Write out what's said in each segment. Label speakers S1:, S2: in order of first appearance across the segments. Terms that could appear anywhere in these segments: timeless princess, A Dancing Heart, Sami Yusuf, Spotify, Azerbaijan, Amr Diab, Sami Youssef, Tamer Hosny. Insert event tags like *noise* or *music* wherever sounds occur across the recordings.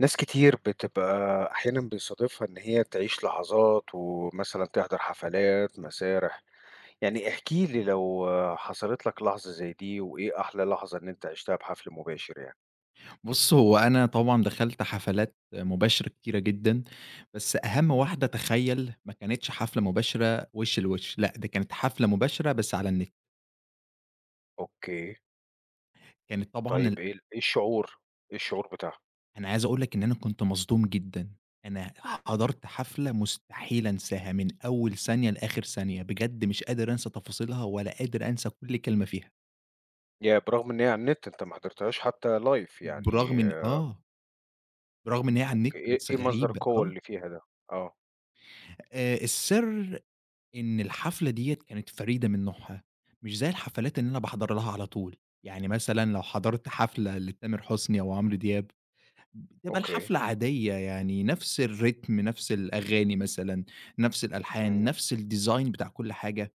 S1: ناس كتير بتبقى أحيانًا بيصادفها إن هي تعيش لحظات، ومثلًا تحضر حفلات، مسارح، يعني احكِ لي لو حصلت لك لحظة زي دي، وإيه أحلى لحظة إن أنت عِشتها بحفل مباشر يعني؟
S2: بُص، هو أنا طبعًا دخلت حفلات مباشرة كتيرة جدًا، بس أهم واحدة تخيّل ما كانتش حفلة مباشرة وِش لوِش، لأ دي كانت حفلة مباشرة بس على النت.
S1: أوكي،
S2: كانت طبعًا
S1: طيب
S2: ال
S1: إيه الشعور؟ إيه الشعور بتاعها؟
S2: أنا عايز أقول لك إن أنا كنت مصدوم جدًا. أنا حضرت حفلة مستحيل أنساها من أول ثانية لآخر ثانية، بجد مش قادر أنسى تفاصيلها ولا قادر أنسى كل كلمة فيها.
S1: ياه! برغم إن هي على النت أنت ما حضرتهاش حتى live
S2: برغم
S1: يعني
S2: إن
S1: آه،
S2: آه، برغم إن هي على النت
S1: أوكي، إيه
S2: بس
S1: إيه مصدر
S2: غريبة
S1: القوة
S2: آه،
S1: اللي فيها ده؟ آه،
S2: السر إن الحفلة ديّة كانت فريدة من نوعها، مش زي الحفلات اللي أنا باحضر لها على طول، يعني مثلًا لو حضرت حفلة لتامر حسني أو عمرو دياب، بتبقى
S1: أوكي،
S2: الحفلة عادية يعني نفس الريتم، نفس الأغاني مثلًا، نفس الألحان،
S1: إمم،
S2: نفس الdesign بتاع كل حاجة،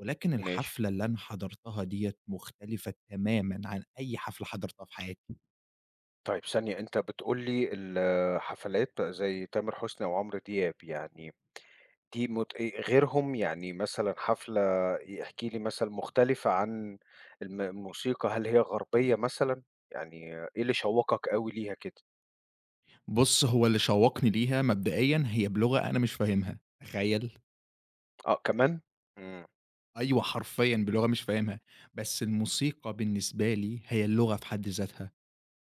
S2: ولكن
S1: ماشي.
S2: الحفلة اللي أنا حضرتها ديّة مختلفة تمامًا عن أي حفلة حضرتها في حياتي.
S1: طيب ثانية، أنت بتقول لي الحفلات بقى زي تامر حسني أو عمرو دياب يعني دي مت غيرهم، يعني مثلًا احكِ لي مثلًا مختلفة عن الموسيقى، هل هي غربية مثلًا؟ يعني إيه اللي شوّقك أوي ليها كده؟
S2: بُص، هو اللي شوّقني ليها مبدئيًا هي بلغة أنا مش فاهمها، تخيّل!
S1: آه كمان؟ إمم،
S2: أيوه حرفيًا، بلغة مش فاهمها، بس الموسيقى بالنسبة لي هي اللغة في حد ذاتها،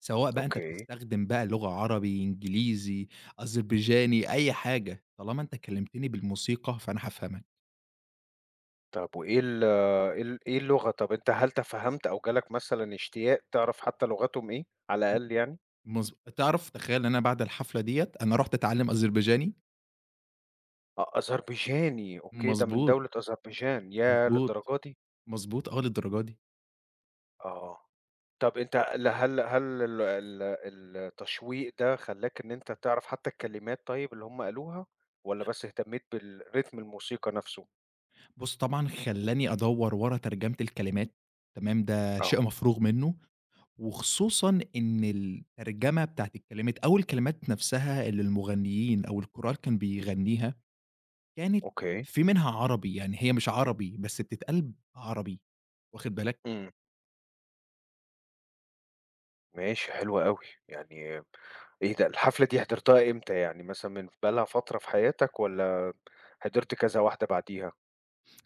S2: سواء بقى أنت
S1: أوكي.
S2: بتستخدم بقى لغة عربي، إنجليزي، أذربيجاني، أي حاجة، طالما أنت كلمتني بالموسيقى فأنا هافهمك.
S1: طب وإيه ال إيه ال إيه اللغة؟ طب أنت هل تفهّمت أو جالك مثلًا اشتياق تعرف حتى لغتهم إيه على الأقل يعني؟
S2: تعرف تخيل إن أنا بعد الحفلة ديّة أنا رُحت أتعلم أذربيجاني؟
S1: آه أذربيجاني، أوكي، ده من
S2: مضبوط،
S1: دولة أذربيجان، ياه
S2: مضبوط،
S1: للدرجة دي!
S2: مضبوط آه للدرجة دي.
S1: آه. طب أنت ل هل هل ال ال التشويق ده خلّاك إن أنت تعرف حتى الكلمات طيب اللي هم قالوها، والّا بس اهتميت بالريتم الموسيقى نفسه؟
S2: بُص طبعًا خلّاني أدوّر ورا ترجمة الكلمات، تمام، ده شيء
S1: آه،
S2: مفروغ منه. وخصوصًا إن الترجمة بتاعة الكلمات أو الكلمات نفسها اللي المغنيين أو الكورال كان بيغنيها، كانت
S1: أوكي.
S2: في منها عربي، يعني هي مش عربي بس بتتقال عربي، واخد بالك؟
S1: إمم، ماشي حلو أوي، يعني إيه ده الحفلة دي حضرتها إمتى يعني مثلًا من بقى لها فترة في حياتك والّا حضرت كذا واحدة بعديها؟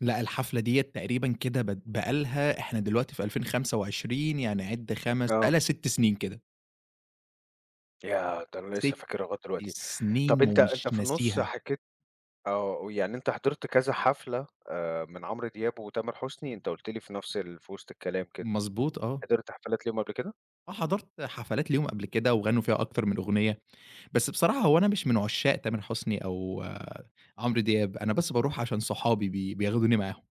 S2: لأ الحفلة ديّة تقريبًا كده بقى لها، إحنا دلوقتي في 2025 يعني عِد 5 بقى
S1: آه.
S2: لها 6 سنين كده،
S1: ياه! ده أنا لسه
S2: 6
S1: فاكرها لغاية دلوقتي. طب
S2: سنين
S1: أنت
S2: ومش
S1: أنت في النُص
S2: ناسيها.
S1: حكيت يعني أنت حضرت كذا حفلة من عمرو دياب وتامر حسني، أنت قُلت لي في نفس في وسط الكلام كده،
S2: مضبوط آه.
S1: حضرت حفلات ليهم قبل كده؟
S2: آه، حضرت حفلات ليهم قبل كده وغنّوا فيها أكتر من أغنية، بس بصراحة هو أنا مش من عشاق تامر حسني أو آه، عمرو دياب، أنا بس باروح عشان صحابي بياخدوني معاهم،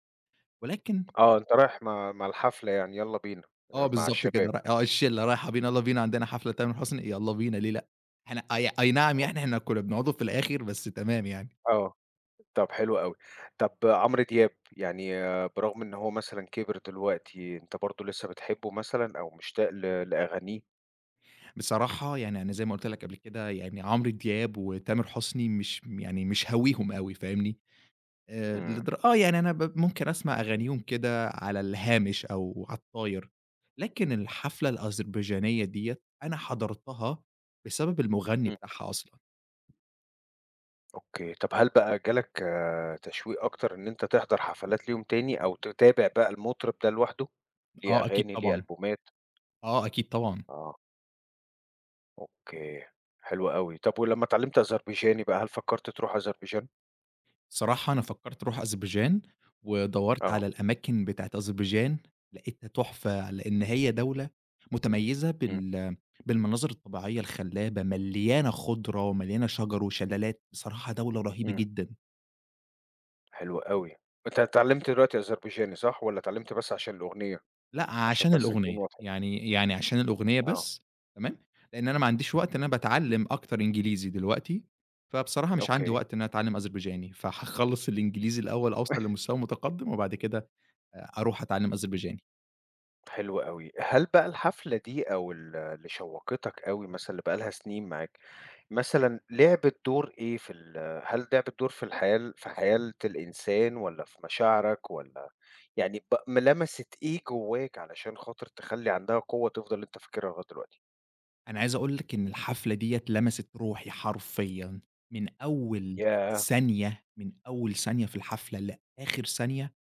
S2: ولكن
S1: آه، أنت رايح مع الحفلة يعني يالّا بينا
S2: آه
S1: مع
S2: بالضبط كده،
S1: الشباب،
S2: ر آه الشلة رايحة بينا يالّا بينا عندنا حفلة تامر حسني، يالّا بينا ليه لأ؟ إحنا أي نعم
S1: آه،
S2: يعني إحنا كنا بنقعدوا في الآخر بس تمام يعني.
S1: آه، طب حلو أوي. طب عمرو دياب يعني برغم إن هو مثلًا كِبِر دلوقتي، أنت برضه لسه بتحبه مثلًا أو مشتاق لأغانيه؟
S2: بصراحة يعني أنا زي ما قُلت لك قبل كده يعني عمرو دياب وتامر حسني مش يعني مش هاويهم أوي، فاهمني؟
S1: إمم،
S2: لدر آه، يعني أنا ممكن أسمع أغانيهم كده على الهامش أو على الطاير، لكن الحفلة الأذربيجانية ديّة أنا حضرتها بسبب المغني
S1: إمم،
S2: بتاعها أصلًا.
S1: أوكي. طب هل بقى جالك تشويق أكتر إن أنت تحضر حفلات ليهم تاني أو تتابع بقى المطرب ده لوحده؟ ليه
S2: آه أكيد
S1: أغاني، ليه
S2: طبعًا،
S1: ألبومات؟
S2: آه أكيد طبعًا.
S1: آه، أوكي، حلو أوي. طب ولمّا اتعلمت أذربيجاني بقى، هل فكرت تروح أذربيجان؟
S2: الصراحة أنا فكّرت أروح أذربيجان، ودوّرت
S1: آه،
S2: على الأماكن بتاعة أذربيجان، لقيتها تحفة، لإن هي دولة متميزة
S1: إمم،
S2: بالمناظر الطبيعية الخلابة، مليانة خُضرة ومليانة شجر وشلالات، بصراحة دولة رهيبة
S1: إمم،
S2: جدًا.
S1: حلو أوي. أنت اتعلمت دلوقتي أذربيجاني صح، والّا اتعلمت بس عشان الأغنية؟
S2: لأ،
S1: عشان
S2: عشان
S1: بس نكون
S2: الأغنية،
S1: واضحين.
S2: يعني عشان الأغنية
S1: آه،
S2: بس، تمام، لإن أنا ما عنديش وقت إن أنا باتعلّم أكتر إنجليزي دلوقتي، فبصراحة مش عندي
S1: أوكي،
S2: وقت إن أنا أتعلّم أذربيجاني، فهاخلّص الإنجليزي الأول أوصل
S1: *laughs*
S2: لمستوى متقدّم وبعد كده أروح أتعلّم أذربيجاني.
S1: حلو أوي. هل بقى الحفلة دي أو اللي شوّقتك أوي مثلًا اللي بقى لها سنين معاك مثلًا لعبِت دور إيه في هل لعبِت دور في الحياة في حياة الإنسان والّا في مشاعرك والّا يعني ب م لمسِت إيه جواك علشان خاطر تخلّي عندها قوة تفضل أنت فاكرها لغاية دلوقتي؟
S2: أنا عايز أقول لك إن الحفلة ديّة لمست روحي حرفيًا، من أول
S1: ياه!
S2: ثانية، من أول ثانية في الحفلة لآخر ثانية.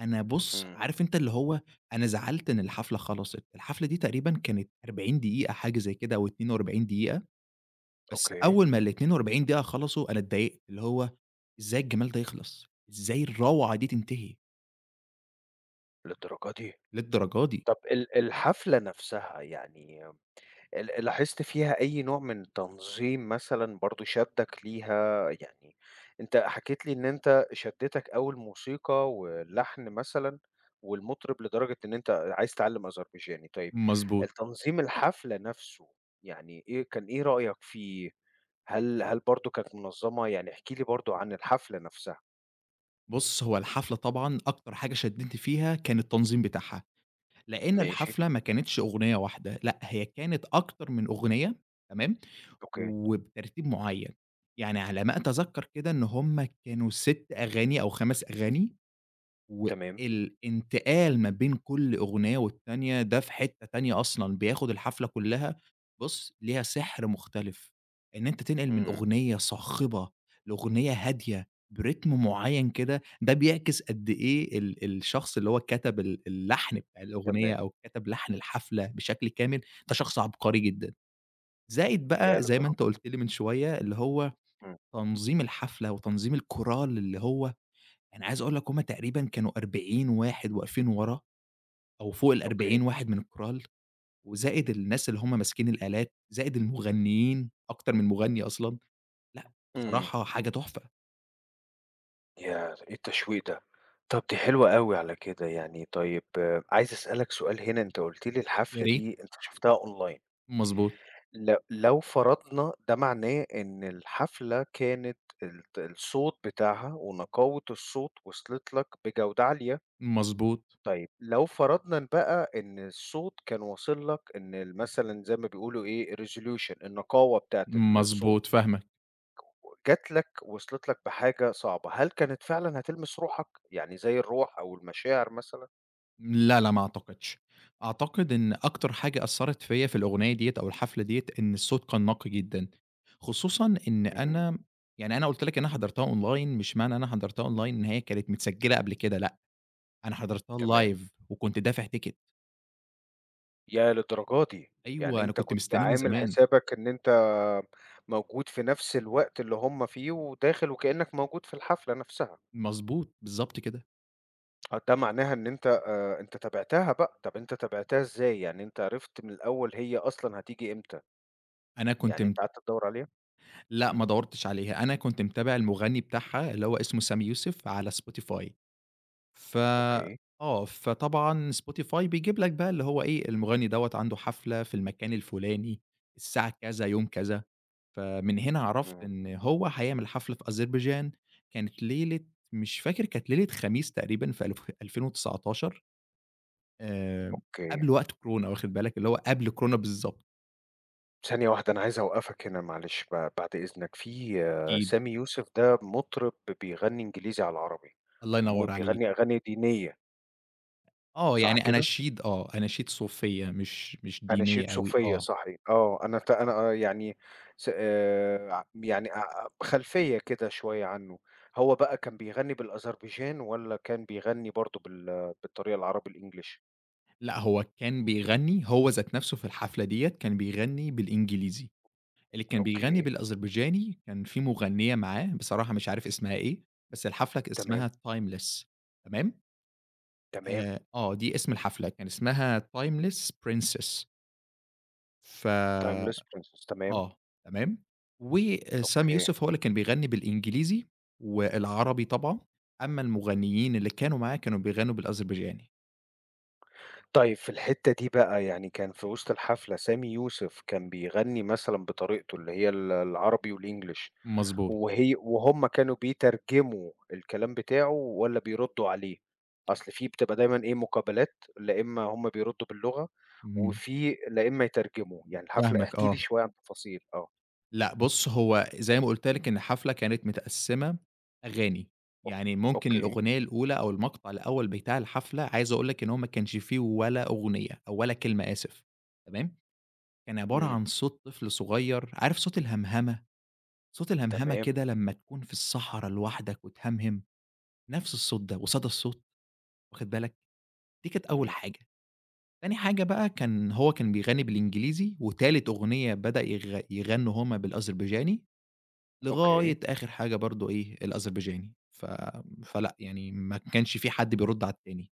S2: أنا بُص،
S1: إمم،
S2: عارف أنت اللي هو أنا زعلت إن الحفلة خلصت، الحفلة دي تقريبًا كانت 40 دقيقة حاجة زي كده أو 42 دقيقة، بس
S1: أوكي،
S2: أول ما ال42 دقيقة خلصوا أنا اتضايقت، اللي هو إزاي الجمال ده يخلص؟ إزاي الروعة دي تنتهي
S1: للدرجة دي!
S2: للدرجة دي؟
S1: طب الحفلة نفسها يعني لاحظت فيها أي نوع من التنظيم مثلًا برضه شدّك ليها؟ يعني أنت حكيت لي إن أنت شدّتك أوي الموسيقى واللحن مثلًا والمطرب لدرجة إن أنت عايز تتعلّم أذربيجاني، طيب
S2: مضبوط.
S1: التنظيم الحفلة نَفْسه يعني إيه رأيك فيه؟ هل برضه كانت منظّمة؟ يعني احكِ لي برضه عن الحفلة نَفْسها.
S2: بُص، هو الحفلة طبعًا أكتر حاجة شدتني فيها كان التنظيم بتاعها، لإن
S1: ماشي،
S2: الحفلة ما كانتش أغنية واحدة، لأ هي كانت أكتر من أغنية، تمام؟
S1: أوكي،
S2: وبترتيب معيّن، يعني على ما أتذكّر كده إن هُم كانوا 6 أغاني أو 5 أغاني،
S1: تمام،
S2: والانتقال ما بين كل أغنية والتانية ده في حتّة تانية أصلًا، بياخد الحفلة كلّها، بُص ليها سحر مختلف، إن أنت تنقل من
S1: إمم،
S2: أغنية صاخبة لأغنية هادية برتم معيّن كده، ده بيعكس قد إيه الشخص اللي هو كتب اللحن بتاع الأغنية
S1: تمام،
S2: أو كتب لحن الحفلة بشكل كامل، ده شخص عبقري جدًا. زائد
S1: ياه
S2: بقى زي ما أنت
S1: للدرجة دي!
S2: قُلت لي من شوية، اللي هو
S1: إمم،
S2: تنظيم الحفلة وتنظيم الكورال اللي هو أنا عايز أقول لك هم تقريبًا كانوا 40 واحد واقفين ورا أو فوق
S1: أوكي،
S2: ال40 واحد من الكورال، وزائد الناس اللي هم ماسكين الآلات، زائد المغنيين أكتر من مغني أصلًا، لأ
S1: إمم.
S2: بصراحة حاجة تحفة.
S1: ياه! إيه التشويق ده! طب دي حلوة أوي على كده يعني، طيب عايز أسألك سؤال هنا، أنت قُلت لي
S2: يا
S1: الحفلة
S2: ريت،
S1: دي أنت شُفتها online.
S2: مضبوط،
S1: لو فرضنا ده معناه إن الحفلة كانت الصوت بتاعها ونقاوة الصوت وصلت لك بجودة عالية،
S2: مضبوط،
S1: طيب لو فرضنا بقى إن الصوت كان واصل لك إن مثلًا زي ما بيقولوا إيه resolution النقاوة بتاعة الصوت.
S2: مضبوط، فاهمك.
S1: جات لك وصلت لك بحاجة صعبة، هل كانت فعلًا هتلمس روحك؟ يعني زي الروح أو المشاعر مثلًا؟
S2: لا، لا ما أعتقدش. أعتقد إن أكتر حاجة أثّرت فيّا في الأغنية ديّة أو الحفلة ديّة إن الصوت كان نقي جدًا، خصوصًا إن
S1: إمم،
S2: أنا، يعني أنا قُلت لك ان أنا حضرتها أونلاين، مش معنى أنا حضرتها أونلاين إن هي كانت متسجّلة قبل كده، لأ، أنا حضرتها
S1: تمام.
S2: لايف وكنت دافع تيكت.
S1: ياه للدرجة دي! يعني
S2: أيوه، أنا
S1: أنت
S2: كنت
S1: كنت
S2: مستنيه من
S1: عامل
S2: زمان.
S1: حسابك إن أنت موجود في نفس الوقت اللي هم فيه وداخل وكأنك موجود في الحفلة نفسها.
S2: مضبوط، بالضبط كده.
S1: آه، ده معناها إن أنت تابعتها بقى، طب أنت تابعتها إزاي؟ يعني أنت عرفت من الأول هي أصلًا هتيجي إمتى؟
S2: أنا كنت
S1: يعني
S2: مت
S1: أنت قعدت تدوّر عليها؟
S2: لأ،
S1: إمم،
S2: ما دوّرتش عليها، أنا كنت متابع المغني بتاعها اللي هو اسمه سامي يوسف على Spotify. ف
S1: أوكي،
S2: آه، فطبعًا Spotify بيجيب لك بقى اللي هو إيه، المغني دوّة عنده حفلة في المكان الفلاني، الساعة كذا، يوم كذا، فمن هنا عرفت
S1: إمم،
S2: إن هو هيعمل حفلة في أذربيجان، كانت ليلة، مش فاكر، كانت ليلة خميس تقريبًا في ألف 2019، آآ،
S1: أوكي.
S2: قبل وقت كورونا، واخد بالك، اللي هو قبل كورونا بالضبط.
S1: ثانية واحدة أنا عايز أوقّفك هنا معلش بعد إذنك، في
S2: أكيد،
S1: سامي يوسف ده مطرب بيغني إنجليزي على العربي،
S2: الله ينور عليك.
S1: بيغني أغاني دينية
S2: آه،
S1: صح
S2: يعني
S1: كده؟
S2: أناشيد آه، أناشيد صوفية مش دينية
S1: أناشيد
S2: أوي،
S1: صوفية
S2: آه.
S1: صحي آه، أنا أنا آه يعني س ع يعني أ خلفية كده شوية عنه، هو بقى كان بيغني بالأذربيجان والّا كان بيغني برضه بالطريقة العربي الEnglish؟
S2: لأ، هو كان بيغنّي، هو ذات نَفْسه في الحفلة ديّة كان بيغنّي بالإنجليزي، اللي كان بيغنّي
S1: أوكي،
S2: بالأذربيجاني كان في مغنّية معاه بصراحة مش عارف اسمها إيه، بس الحفلة
S1: تمام،
S2: اسمها timeless، تمام،
S1: تمام،
S2: دي اسم الحفلة كان اسمها timeless princess، ف
S1: timeless princess تمام،
S2: آه، تمام، وسامي
S1: أوكي.
S2: يوسف هو اللي كان بيغنّي بالإنجليزي والعربي طبعًا، أمّا المغنّيين اللي كانوا معاه كانوا بيغنّوا بالأذربيجاني.
S1: طيب في الحتّة دي بقى يعني كان في وسط الحفلة سامي يوسف كان بيغني مثلًا بطريقته اللي هي العربي والEnglish
S2: مضبوط،
S1: وهُم كانوا بيترجموا الكلام بتاعه والّا بيردّوا عليه؟ أصل في بتبقى دايمًا إيه مقابلات، لا إمّا هُم بيردّوا باللغة
S2: إمم،
S1: وفي لا إمّا يترجموا، يعني الحفلة
S2: فاهمك
S1: احكِ لي
S2: آه.
S1: شوية عن التفاصيل. آه،
S2: لأ بُص، هو زي ما قُلت لك إن الحفلة كانت متقسّمة أغاني،
S1: أوك
S2: يعني ممكن
S1: أوكي،
S2: الأغنية الأولى أو المقطع الأول بتاع الحفلة، عايز أقول لك إن هو ما كانش فيه ولا أغنية أو ولا كلمة، آسف، تمام، كان عبارة
S1: إمم،
S2: عن صوت طفل صغير، عارف صوت الهمهمة؟ صوت الهمهمة
S1: تمام،
S2: كده لمّا تكون في الصحرا لوحدك وتهمهم، نفْس الصوت ده وصدى الصوت، واخد بالك، دي كانت أول
S1: إمم،
S2: حاجة، تاني حاجة بقى كان هو كان بيغني بالإنجليزي، وتالت أغنية بدأ يغ يغنوا هُم بالأذربيجاني،
S1: أوكي،
S2: لغاية آخر حاجة برضه إيه، الأذربيجاني، فلأ، يعني ما كانش في حد بيرُد على التاني.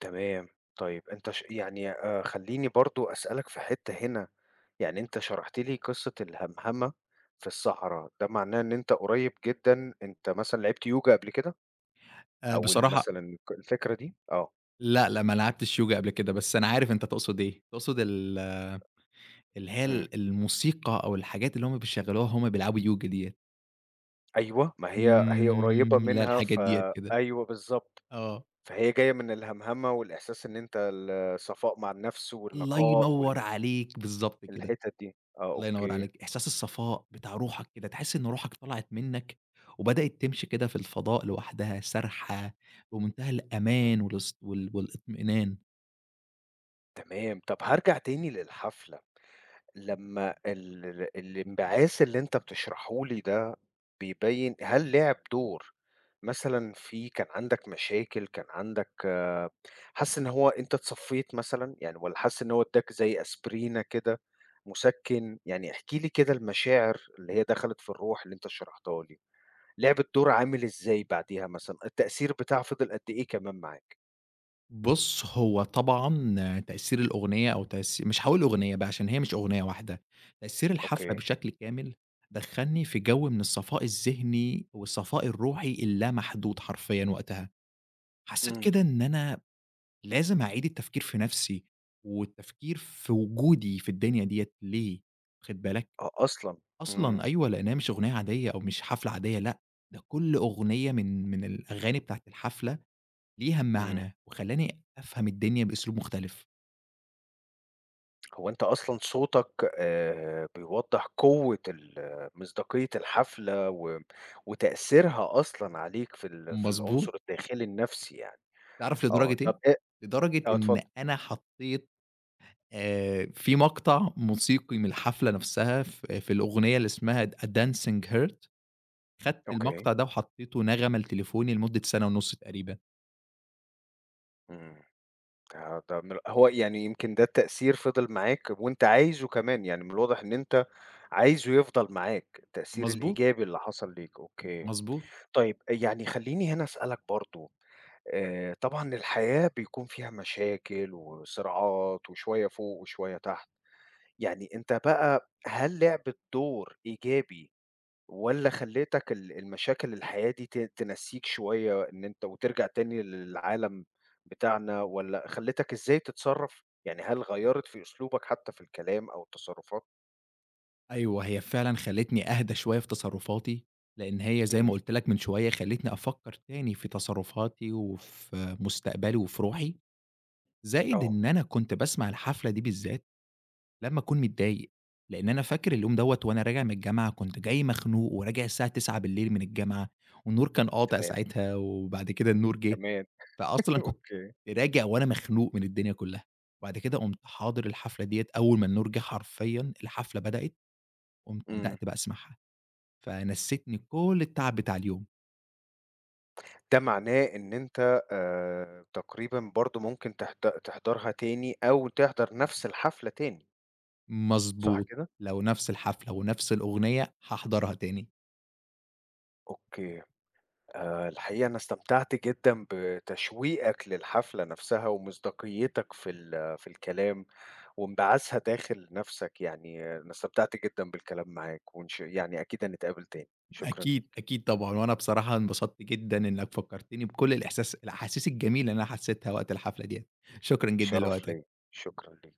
S1: تمام. طيب أنت يعني خلّيني برضه أسألك في حتّة هنا يعني أنت شرحت لي قصة الهمهمة في الصحرا، ده معناه إن أنت قريب جدًا أنت مثلًا لعبت يوجا قبل كده؟ أو
S2: بصراحة
S1: مثلًا الفكرة دي؟ آه،
S2: لأ، لأ، ما لعبتش يوجا قبل كده، بس أنا عارف أنت تقصد إيه، تقصد اللي هي
S1: إمم،
S2: الموسيقى أو الحاجات اللي هم بيشغّلوها وهم بيلعبوا يوجا ديّة.
S1: أيوه، ما هي قريبة
S2: لا،
S1: منها
S2: الحاجات ديّة كده.
S1: أيوه بالضبط،
S2: آه،
S1: فهي جاية من الهمهمة والإحساس إن أنت الصفاء مع النفس
S2: الله
S1: والنقاء
S2: ينوّر عليك، بالضبط كده.
S1: الحتت دي، آه
S2: الله ينور
S1: أوكي،
S2: عليك، إحساس الصفاء بتاع روحك كده، تحس إن روحك طلعت منك وبدأت تمشي كده في الفضاء لوحدها سارحة بمنتهى
S1: مم.
S2: الأمان والاس وال والاطمئنان.
S1: تمام، طب هارجع تاني للحفلة. لمّا ال ال الانبعاث اللي أنت بتشرحه لي ده بيبيّن هل لعب دور مثلًا كان عندك مشاكل، كان عندك حاسس إن هو أنت اتصفّيت مثلًا، يعني والّا حاسس إن هو ادّاك زي aspirina كده مُسكِّن؟ يعني احكِ لي كده المشاعر اللي هي دخلت في الروح اللي أنت شرحتها لي، لعب الدور عامل إزاي بعديها مثلًا؟ التأثير بتاعه فضل قد إيه كمان معاك؟
S2: بُص، هو طبعًا تأثير الأغنية أو تأث مش هاقول أغنية بقى عشان هي مش أغنية واحدة، تأثير الحفلة
S1: أوكي.
S2: بشكل كامل دخّلني في جو من الصفاء الذهني والصفاء الروحي اللامحدود حرفيًا وقتها. حسيت
S1: إمم.
S2: كده إن أنا لازم أعيد التفكير في نفسي، والتفكير في وجودي في الدنيا ديّة ليه، واخد بالك؟
S1: آه أصلًا. إمم.
S2: أصلًا أيوه، لأن هي مش أغنية عادية أو مش حفلة عادية، لأ، ده كل أغنية من الأغاني بتاعة الحفلة ليها
S1: إمم.
S2: معنى، وخلّاني أفهم الدنيا بأسلوب مختلف.
S1: هو أنت أصلًا صوتك بيوضّح قوة مصداقية الحفلة وتأثيرها أصلًا عليك في في
S2: مضبوط،
S1: العنصر الداخلي النفسي يعني.
S2: تعرف
S1: آه،
S2: لدرجة
S1: طب
S2: إيه؟
S1: أ
S2: لدرجة
S1: آه
S2: إن
S1: اتفضل.
S2: أنا حطيت في مقطع موسيقي من الحفلة نفسها في الأغنية اللي اسمها A Dancing Heart، خدت
S1: أوكي.
S2: المقطع ده وحطيته نغمة لتليفوني لمدة سنة ونُص تقريبًا.
S1: إمم. ده من هو يعني يمكن ده التأثير فضل معاك وأنت عايزه كمان، يعني من الواضح إن أنت عايزه يفضل معاك، التأثير
S2: مضبوط،
S1: الإيجابي اللي حصل ليك، أوكي.
S2: مضبوط.
S1: طيب يعني خلّيني هنا أسألك برضه طبعًا الحياة بيكون فيها مشاكل وصراعات وشوية فوق وشوية تحت، يعني أنت بقى هل لعبِت دور إيجابي والّا خلّيتك المشاكل الحياة دي تنسّيك شوية إن أنت وترجع تاني للعالم بتاعنا والّا خلّتك إزاي تتصرّف؟ يعني هل غيّرت في أسلوبك حتى في الكلام أو التصرّفات؟
S2: أيوه، هي فعلًا خلّتني أهدى شوية في تصرُّفاتي، لإن هي زي ما
S1: إمم،
S2: قُلت لك من شوية خلّتني أفكّر تاني في تصرُّفاتي وفي مستقبلي وفي روحي، زائد
S1: آه،
S2: إن أنا كنت باسمع الحفلة دي بالذات لمّا أكون متضايق، لإن أنا فاكر اليوم دوّة وأنا راجع من الجامعة كنت جاي مخنوق وراجع الساعة 21:00 من الجامعة، والنور كان قاطع
S1: تمام،
S2: ساعتها وبعد كده النور جِه،
S1: تمام، *laughs*
S2: فأصلًا كنت
S1: أوكي،
S2: راجع وأنا مخنوق من الدنيا كُلّها، وبعد كده قُمت حاضر الحفلة ديّة، أول ما النور جِه حرفيًا الحفلة بدأت، قُمت
S1: إمم.
S2: بدأت بقى أسمعها، فنسّتني كل التعب بتاع اليوم.
S1: ده معناه إن أنت تقريبًا برضه ممكن تحضرها تاني أو تحضر نفس الحفلة تاني، صح
S2: مضبوط،
S1: كده؟
S2: لو نفس الحفلة ونفس الأغنية هاحضرها تاني.
S1: أوكي. الحقيقة أنا استمتعت جدًا بتشويقك للحفلة نفسها ومصداقيتك في في الكلام وانبعاثها داخل نفسك، يعني أنا استمتعت جدًا بالكلام معاك يعني أكيد هنتقابل تاني. شكرًا
S2: أكيد،
S1: ليك،
S2: أكيد طبعًا، وأنا بصراحة انبسطت جدًا إنك فكّرتني بكل الأحاسيس الجميلة اللي أنا حسيتها وقت الحفلة ديّة. شكرًا جدًا
S1: شرف ليّا،
S2: لوقتك.
S1: شكرًا ليك.